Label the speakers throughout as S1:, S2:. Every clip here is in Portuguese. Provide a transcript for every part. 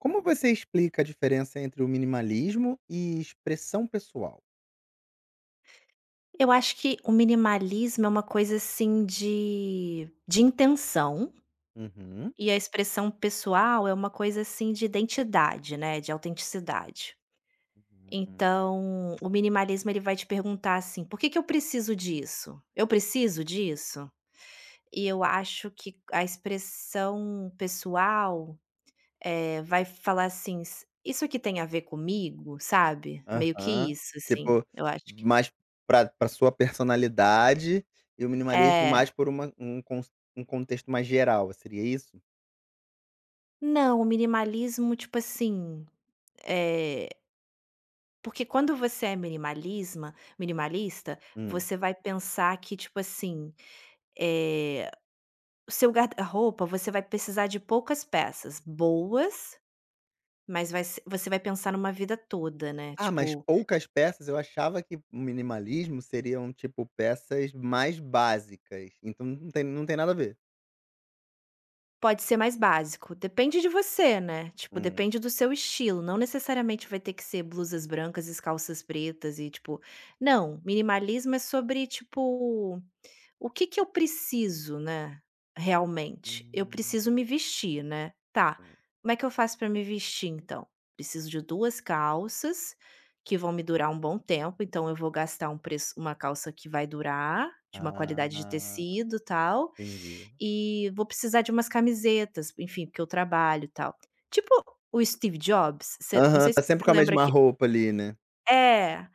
S1: Como você explica a diferença entre o minimalismo e expressão pessoal?
S2: Eu acho que o minimalismo é uma coisa assim de intenção,
S1: Uhum.
S2: e a expressão pessoal é uma coisa assim de identidade, né, de autenticidade.
S1: Hum.
S2: Então, o minimalismo ele vai te perguntar assim: "Por que que eu preciso disso? Eu preciso disso?". E eu acho que a expressão pessoal, vai falar assim: "S Isso aqui tem a ver comigo?", sabe? Meio que
S1: Aham.
S2: isso, assim,
S1: Tipo,
S2: eu acho que
S1: mais pra sua personalidade e o minimalismo
S2: é.
S1: mais por uma um con um contexto mais geral, seria isso?
S2: Não, o minimalismo, tipo assim. É, porque quando você é minimalisma minimalista,
S1: Hum.
S2: você vai pensar que, tipo assim, eh, o seu guarda-roupa, você vai precisar de poucas peças boas, mas vai se você vai pensar numa vida toda, né,
S1: Ah, mas
S2: tipo,
S1: poucas peças, eu achava que o minimalismo seriam, tipo, peças mais básicas, então não tem nada a ver?
S2: pode ser mais básico, depende de você, né, tipo,
S1: Hum.
S2: depende do seu estilo, não necessariamente vai ter que ser blusas brancas e calças pretas e, tipo. Não, minimalismo é sobre, tipo. O que que eu preciso, né, realmente? Eu
S1: Hum.
S2: preciso me vestir, né. Tá, como é que eu faço para me vestir então? Preciso de 2 calças, que vão me durar um bom tempo, então eu vou gastar um preço uma calça que vai durar, de uma qualidade de
S1: Ah,
S2: tecido, tal,
S1: entendi.
S2: e vou precisar de umas camisetas, enfim, porque eu trabalho, tal. Tipo o Steve Jobs, você não
S1: Aham,
S2: sei se
S1: tá sempre
S2: você
S1: com a
S2: lembra
S1: mesma
S2: que
S1: roupa ali, né?
S2: é.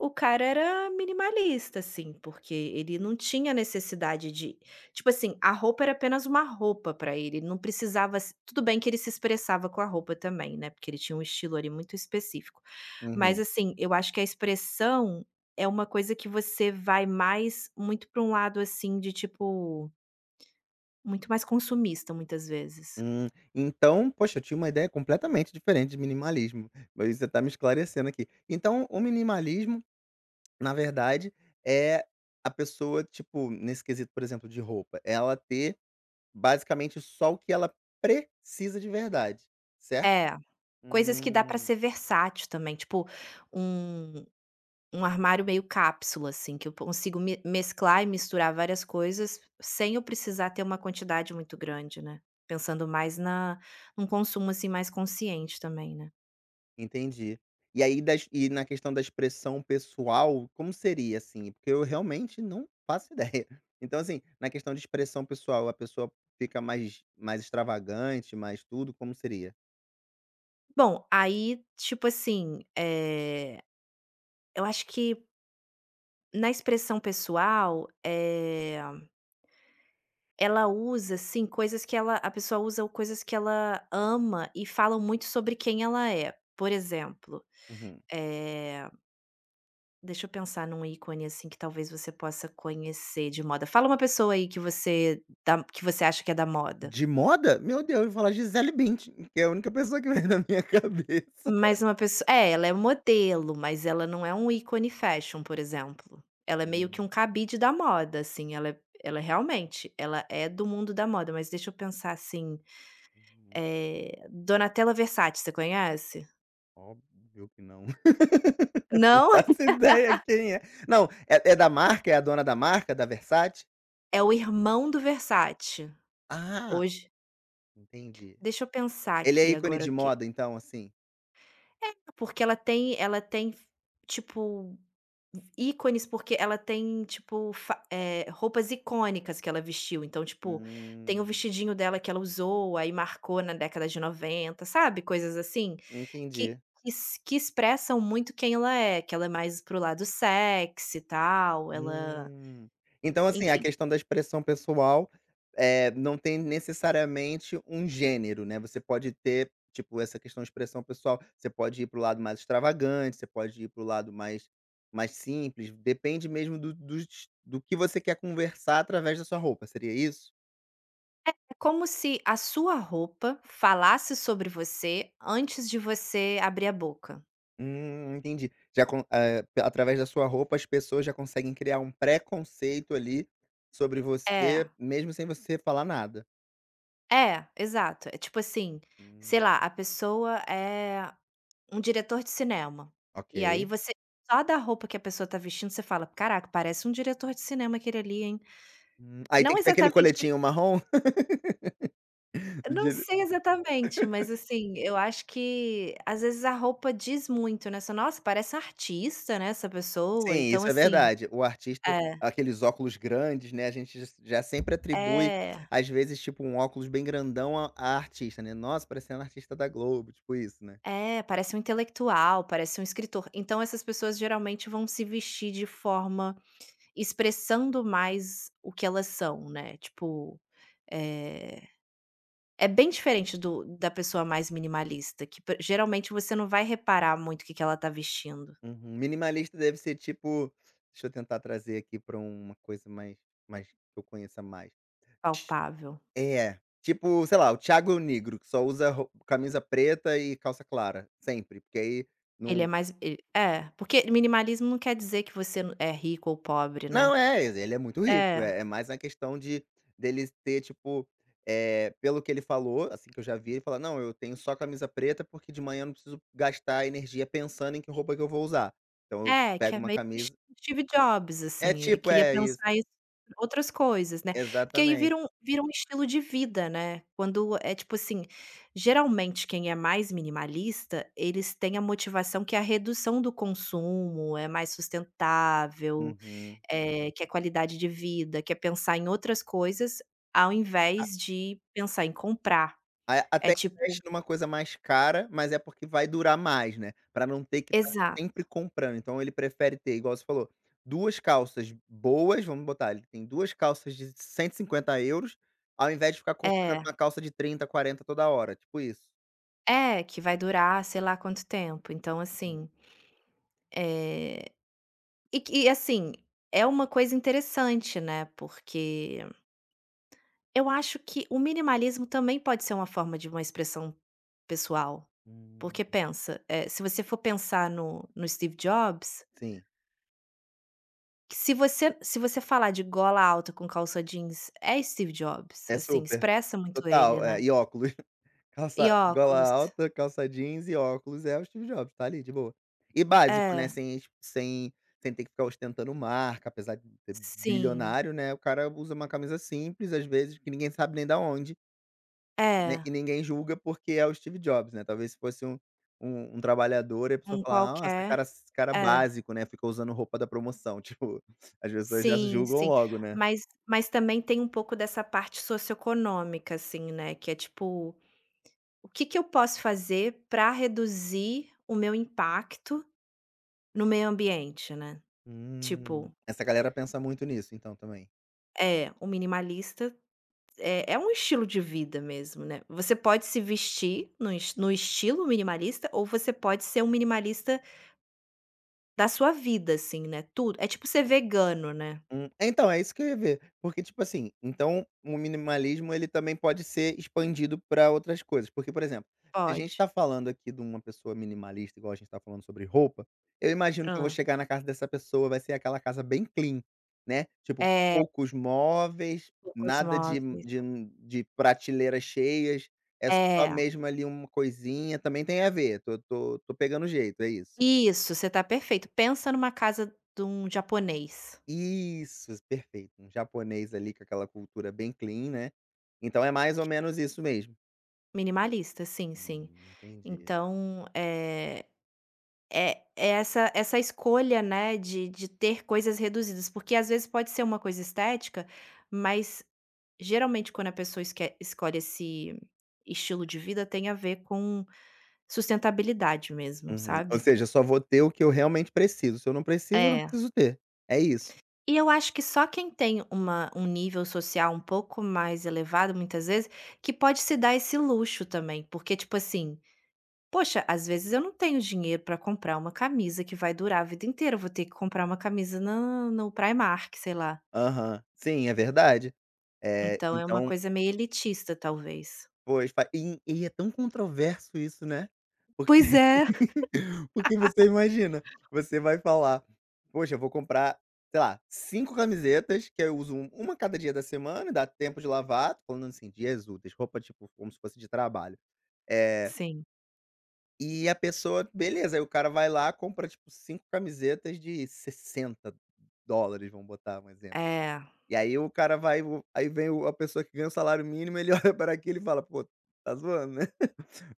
S2: O cara era minimalista, assim, porque ele não tinha necessidade de tipo assim, a roupa era apenas uma roupa pra ele, ele não precisava se, tudo bem que ele se expressava com a roupa também, né, porque ele tinha um estilo ali muito específico. Mas
S1: Uhum.
S2: assim, eu acho que a expressão é uma coisa que você vai mais muito pra um lado, assim, de tipo, muito mais consumista muitas vezes.
S1: Hum, então, poxa, eu tinha uma ideia completamente diferente de minimalismo, mas você está me esclarecendo aqui. Então, o minimalismo, na verdade, é a pessoa, tipo, nesse quesito, por exemplo, de roupa, ela ter basicamente só o que ela precisa de verdade, certo?
S2: É, coisas que dá pra
S1: Hum.
S2: ser versátil também, tipo, um Um armário meio cápsula, assim, que eu consigo me mesclar e misturar várias coisas, sem eu precisar ter uma quantidade muito grande, né. Pensando mais na num consumo, assim, mais consciente também, né.
S1: Entendi. E aí das e na questão da expressão pessoal, como seria, assim? Porque eu realmente não faço ideia. Então, assim, na questão de expressão pessoal, a pessoa fica mais extravagante, mais tudo, como seria?
S2: Bom, aí, tipo assim, eu acho que na expressão pessoal, ela usa, assim, coisas que ela a pessoa usa coisas que ela ama e falam muito sobre quem ela é. Por exemplo,
S1: Uhum.
S2: eh deixa eu pensar num ícone, assim, que talvez você possa conhecer de moda. Fala uma pessoa aí que você da que você acha que é da moda.
S1: De moda? Meu Deus, eu vou falar Gisele Bündchen, que é a única pessoa que vem na minha cabeça.
S2: Mas uma pessoa. É, ela é modelo, mas ela não é um ícone fashion, por exemplo. Ela é meio que
S1: Hum,
S2: um cabide da moda, assim, ela é realmente, ela é do mundo da moda, mas deixa eu pensar assim,
S1: hum,
S2: Donatella Versace, você conhece?
S1: óbvio que não. Não
S2: Não?
S1: faço ideia quem é. Não, é da marca? É a dona da marca, da Versace?
S2: É o irmão do Versace.
S1: Ah,
S2: Hoje
S1: entendi.
S2: deixa eu pensar
S1: Ele é
S2: aqui
S1: ícone
S2: agora o
S1: de
S2: que
S1: moda então, assim?
S2: é, porque ela tem, tipo, ícones, porque ela tem, tipo, roupas icônicas que ela vestiu, então, tipo, tem o
S1: Hum,
S2: vestidinho dela que ela usou, aí marcou na década de 90, sabe, coisas assim, que
S1: entendi.
S2: que s que expressam muito quem ela é, que ela é mais pro lado sexy e tal, ela,
S1: Hum. Então, assim, a
S2: enfim,
S1: questão da expressão pessoal, é não tem necessariamente um gênero, né, você pode ter, tipo, essa questão de expressão pessoal, você pode ir para o lado mais extravagante, você pode ir para o lado mais simples, depende mesmo do que você quer conversar através da sua roupa, seria isso?
S2: é como se a sua roupa falasse sobre você antes de você abrir a boca.
S1: Entendi. Já con eh, pe- através da sua roupa as pessoas já conseguem criar um preconceito ali sobre
S2: É,
S1: você, mesmo sem você falar nada.
S2: é, exato, é tipo assim, sei
S1: Hum,
S2: lá, a pessoa é um diretor de cinema.
S1: ok.
S2: E aí você, só da roupa que a pessoa tá vestindo, você fala: "Caraca, parece um diretor de cinema aquele ali, hein".
S1: Aí tem
S2: Não
S1: que ter aquele
S2: exatamente,
S1: coletinho marrom. do
S2: não
S1: dire
S2: sei exatamente, mas, assim, eu acho que às vezes a roupa diz muito, né, você: "Nossa, parece um artista, né, essa pessoa".
S1: sim,
S2: Então,
S1: isso é
S2: assim,
S1: verdade. O artista
S2: é,
S1: aqueles óculos grandes, né, a gente j já sempre atribui,
S2: é,
S1: às vezes, tipo, um óculos bem grandão a artista, né. "Nossa, parecendo artista da Globo", tipo isso, né.
S2: é, parece um intelectual, parece um escritor. Então essas pessoas geralmente vão se vestir de forma expressando mais o que elas são, né, tipo, eh é bem diferente do da pessoa mais minimalista, que p geralmente você não vai reparar muito o que que ela tá vestindo,
S1: Uhum. Minimalista deve ser tipo deixa eu tentar trazer aqui pra uma coisa mais que eu conheça mais.
S2: palpável.
S1: É, tipo, sei lá, o Thiago Negro que só usa ro camisa preta e calça clara, sempre, porque aí
S2: Ele é
S1: não.
S2: mais, e é, porque minimalismo não quer dizer que você n é rico ou pobre, né.
S1: Não, é, ele é muito rico,
S2: É.
S1: é mais na questão de dele ter, tipo, pelo que ele falou, assim, que eu já vi, ele fala: "Não, eu tenho só camisa preta, porque de manhã eu não preciso gastar energia pensando em que roupa que eu vou usar. Então eu
S2: É, que
S1: pego
S2: é
S1: uma
S2: meio que
S1: camisa."
S2: Steve Jobs,
S1: É
S2: assim, ele
S1: tipo
S2: queria
S1: é isso,
S2: pensar isso, outras coisas, né. Porque aí
S1: exatamente.
S2: vira um estilo de vida, né, quando é tipo assim, geralmente quem é mais minimalista, eles têm a motivação que é a redução do consumo, é mais sustentável,
S1: Uhum.
S2: quer qualidade de vida, quer pensar em outras coisas, ao invés de pensar em comprar.
S1: A
S2: É
S1: Até
S2: tipo
S1: investe numa coisa mais cara, mas é porque vai durar mais, né, pra não ter que estar
S2: exa
S1: sempre comprando. Então ele prefere ter, igual você falou, 2 calças boas, vamos botar, ele tem 2 calças de 150 euros ao invés de ficar comprando
S2: é,
S1: uma calça de 30, 40 toda hora, tipo isso.
S2: é, que vai durar sei lá quanto tempo, então
S1: Uhum.
S2: assim, eh e, assim, é uma coisa interessante, né, porque eu acho que o minimalismo também pode ser uma forma de uma expressão pessoal,
S1: Hum.
S2: porque pensa, se você for pensar no Steve Jobs,
S1: Sim,
S2: que se você falar de gola alta com calça jeans, é Steve Jobs,
S1: é
S2: assim,
S1: super.
S2: expressa muito ele,
S1: Total, é,
S2: né.
S1: e óculos.
S2: E
S1: Calça gola
S2: óculos.
S1: alta, calça jeans e óculos, é o Steve Jobs, tá ali de boa. E básico, né,
S2: É.
S1: sem es sem sem ter que ficar ostentando marca, apesar de ser
S2: Sim.
S1: bilionário, né, o cara usa uma camisa simples, às vezes, que ninguém sabe nem da onde, né,
S2: É.
S1: e ninguém julga porque é o Steve Jobs, né, talvez se fosse um trabalhador e a pessoa
S2: Um
S1: falar: "Nossa,
S2: qualquer.
S1: cara esse cara
S2: É.
S1: básico, né, fica usando roupa da promoção", tipo, as pessoas já
S2: Sim,
S1: julgam
S2: sim.
S1: logo, né.
S2: Mas também tem um pouco dessa parte socioeconômica, assim, né, que é tipo: "O que que eu posso fazer para reduzir o meu impacto no meio ambiente?", né. Tipo
S1: Essa galera pensa muito nisso então também?
S2: é, o minimalista é um estilo de vida mesmo, né. Você pode se vestir no estilo minimalista ou você pode ser um minimalista da sua vida, assim, né, tudo é tipo ser vegano, né.
S1: Então, é isso que eu ia ver, porque, tipo assim, então o minimalismo ele também pode ser expandido para outras coisas, porque, por exemplo, se a gente
S2: Pode.
S1: tá falando aqui de uma pessoa minimalista, igual a gente tá falando sobre roupa, eu imagino que eu vou
S2: Hã.
S1: chegar na casa dessa pessoa, vai ser aquela casa bem clean, né, tipo,
S2: É,
S1: poucos móveis,
S2: poucos
S1: nada de
S2: móveis.
S1: de de prateleiras cheias, é só
S2: É.
S1: mesmo ali uma coisinha, também tem a ver, tô pegando jeito, é isso?
S2: Isso, você tá perfeito. Pensa numa casa de um japonês,
S1: Isso, perfeito. Um japonês ali com aquela cultura bem clean, né. Então é mais ou menos isso mesmo.
S2: minimalista, sim, sim.
S1: Entendi.
S2: Então, é essa escolha, né, de ter coisas reduzidas, porque às vezes pode ser uma coisa estética, mas geralmente quando a pessoa esque escolhe esse estilo de vida tem a ver com sustentabilidade mesmo,
S1: Uhum. Ou
S2: sabe.
S1: seja, eu só vou ter o que eu realmente preciso, se eu não preciso, eu não
S2: É.
S1: preciso ter. É isso.
S2: E eu acho que só quem tem uma um nível social um pouco mais elevado, muitas vezes, que pode se dar esse luxo também, porque, tipo assim, poxa, às vezes eu não tenho dinheiro pra comprar uma camisa que vai durar a vida inteira, eu vou ter que comprar uma camisa no Primark, sei lá.
S1: Aham. Sim, é verdade.
S2: Então é uma
S1: Então
S2: coisa meio elitista, talvez.
S1: pois, fa e é tão controverso isso, né.
S2: Pois
S1: Porque
S2: é.
S1: Você imagina, você vai falar: "Poxa, eu vou comprar, sei lá, 5 camisetas, que eu uso uma cada dia da semana, dá tempo de lavar", tô falando assim, dias úteis, roupa, tipo, como se fosse de trabalho. Eh,
S2: Sim,
S1: e a pessoa beleza, aí o cara vai lá, compra, tipo, 5 camisetas de 60 dólares, vamos botar um exemplo.
S2: é.
S1: E aí o cara vai o aí vem o a pessoa que ganha o salário mínimo, ele olha para aquilo e fala: "Pô, tá zoando, né?"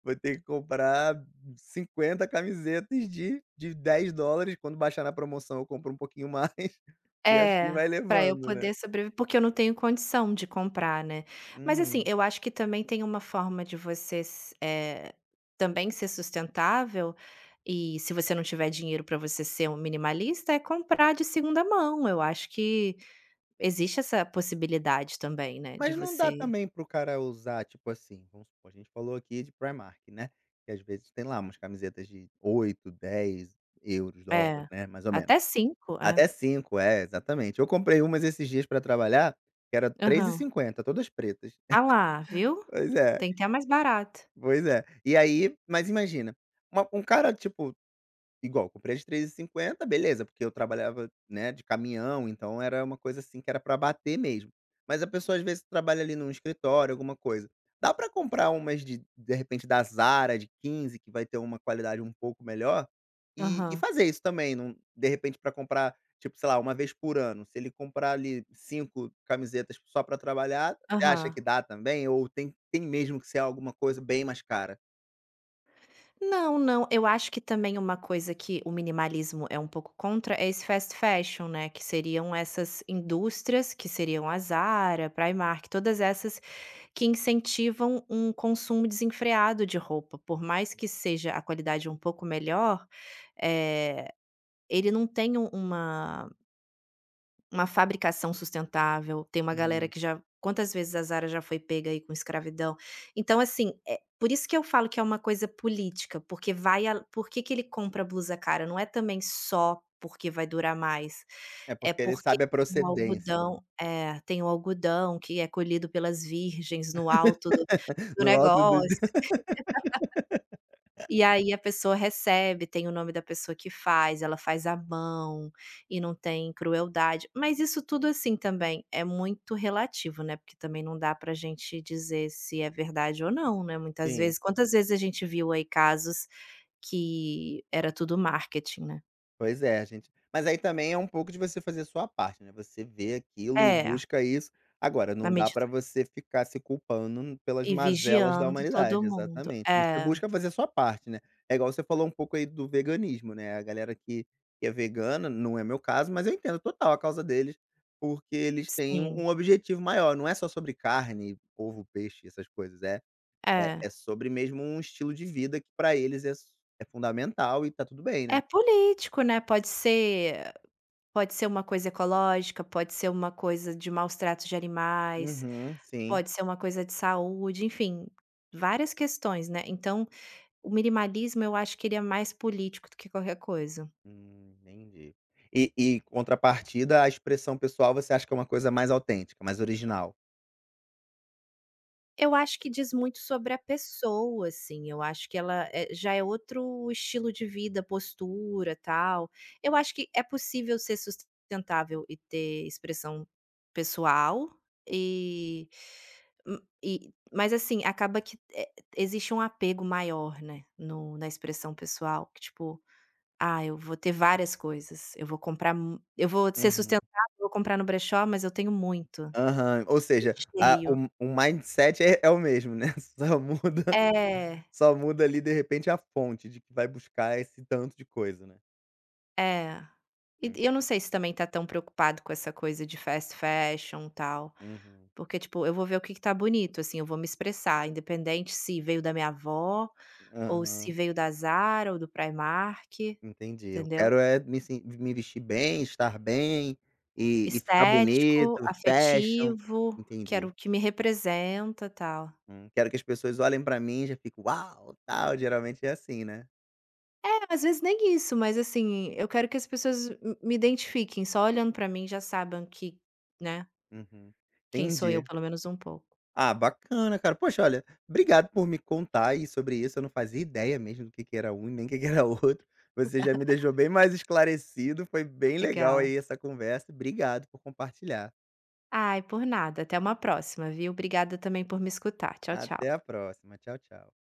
S1: Vou ter que comprar 50 camisetas de 10 dólares quando baixar na promoção eu compro um pouquinho mais, e assim
S2: É,
S1: vai
S2: para eu
S1: levando, né.
S2: poder sobreviver, porque eu não tenho condição de comprar, né. Mas assim,
S1: Uhum.
S2: eu acho que também tem uma forma de você também ser sustentável, e se você não tiver dinheiro para você ser um minimalista, é comprar de segunda mão, eu acho que existe essa possibilidade também, né, de
S1: Mas não dá
S2: você.
S1: também para o cara usar, tipo assim, vamos supor, a gente falou aqui de Primark, né, que às vezes tem lá umas camisetas de 8 10 euros dólares,
S2: É,
S1: né, mais ou menos.
S2: até 5, é.
S1: Até 5 é, exatamente. Eu comprei umas esses dias pra trabalhar, que era três e
S2: Aham.
S1: cinquenta todas pretas.
S2: Ah lá, viu.
S1: Pois é,
S2: Tem que até mais barato.
S1: pois é. E aí mas imagina, uma um cara tipo Igual, comprei as de 3,50, beleza, porque eu trabalhava, né, de caminhão, então era uma coisa assim que era pra bater mesmo. Mas a pessoa às vezes trabalha ali num escritório, alguma coisa. Dá pra comprar umas de repente da Zara de 15, que vai ter uma qualidade um pouco melhor, e
S2: Aham,
S1: fazer isso também, não de repente pra comprar, tipo, sei lá, uma vez por ano, se ele comprar ali 5 camisetas só pra trabalhar, você acha
S2: aham.
S1: que dá também ou tem mesmo que ser alguma coisa bem mais cara?
S2: Não, não. Eu acho que também uma coisa que o minimalismo é um pouco contra é esse fast fashion, né, que seriam essas indústrias, que seriam a Zara, Primark, todas essas que incentivam um consumo desenfreado de roupa. Por mais que seja a qualidade um pouco melhor, eh, ele não tem um uma fabricação sustentável, tem uma galera
S1: Uhum.
S2: que já, quantas vezes a Zara já foi pega aí com escravidão. Então assim, é por isso que eu falo que é uma coisa política, porque vai a por que que ele compra blusa cara? Não é também só porque vai durar mais,
S1: É,
S2: é
S1: porque ele
S2: porque
S1: sabe a
S2: o
S1: procedência, né.
S2: algodão é, tem o algodão que é colhido pelas virgens no alto do
S1: No alto do
S2: negócio. E aí a pessoa recebe, tem o nome da pessoa que faz, ela faz à mão e não tem crueldade. Mas isso tudo, assim, também é muito relativo, né, porque também não dá pra gente dizer se é verdade ou não, né, muitas
S1: Sim.
S2: vezes. Quantas vezes a gente viu aí casos que era tudo marketing, né?
S1: Pois é, gente. Mas aí também é um pouco de você fazer a sua parte, né, você vê aquilo e
S2: É,
S1: busca isso. Agora,
S2: na
S1: não dá
S2: medida,
S1: pra você ficar se culpando pelas
S2: e
S1: mazelas da
S2: vigiando todo
S1: humanidade,
S2: mundo.
S1: exatamente. Você
S2: É,
S1: busca fazer a sua parte, né. É igual você falou um pouco aí do veganismo, né, a galera que é vegana, não é meu caso, mas eu entendo total a causa deles, porque eles têm
S2: sim.
S1: um objetivo maior, não é só sobre carne, ovo, peixe, essas coisas, é é
S2: É.
S1: é sobre mesmo um estilo de vida que pra eles é fundamental e tá tudo bem, né.
S2: É político, né, Pode ser uma coisa ecológica, pode ser uma coisa de maus tratos de animais,
S1: Uhum, sim.
S2: pode ser uma coisa de saúde, enfim, várias questões, né. Então, o minimalismo eu acho que ele é mais político do que qualquer coisa.
S1: Entendi. E contrapartida, a expressão pessoal você acha que é uma coisa mais autêntica, mais original?
S2: Eu acho que diz muito sobre a pessoa, assim, eu acho que ela, já é outro estilo de vida, postura, tal. Eu acho que é possível ser sustentável e ter expressão pessoal, e e mas assim, acaba que, existe um apego maior, né, no na expressão pessoal, que tipo: "Ah, eu vou ter várias coisas, eu vou comprar mu eu vou ser
S1: Uhum.
S2: sustentável, eu vou comprar no brechó, mas eu tenho muito,
S1: Aham. Ou
S2: eu
S1: seja, a
S2: cheio".
S1: o mindset é o mesmo, né, só muda
S2: É.
S1: só muda ali, de repente, a fonte de que vai buscar esse tanto de coisa, né.
S2: É. E
S1: Hum,
S2: e eu não sei se também tá tão preocupado com essa coisa de fast fashion, tal,
S1: uhum.
S2: porque, tipo, eu vou ver o que que tá bonito, assim, eu vou me expressar, independente se veio da minha avó ou se
S1: Aham,
S2: veio da Zara ou do Primark,
S1: entendi. Eu
S2: entendeu.
S1: quero é me vestir bem, estar bem e ficar
S2: Estético,
S1: bonito, fashion.
S2: afetivo, que era
S1: Entendi.
S2: o que me representa, tal.
S1: Quero que as pessoas olhem pra mim e já fico: "Uau!", tal, geralmente é assim, né.
S2: É, às vezes nem isso, mas, assim, eu quero que as pessoas m me identifiquem, só olhando pra mim já saibam que, né,
S1: Uhum.
S2: quem sou eu,
S1: Entendi.
S2: pelo menos um pouco.
S1: Ah, bacana, cara. Poxa, olha, obrigado por me contar aí sobre isso, eu não fazia ideia mesmo do que era um e nem o que que era outro. Você já me deixou bem mais esclarecido, foi bem legal
S2: Legal.
S1: aí essa conversa. Obrigado por compartilhar.
S2: Ai, por nada. Até uma próxima, viu? Obrigada também por me escutar. Tchau,
S1: Até
S2: tchau.
S1: a próxima. Tchau, tchau.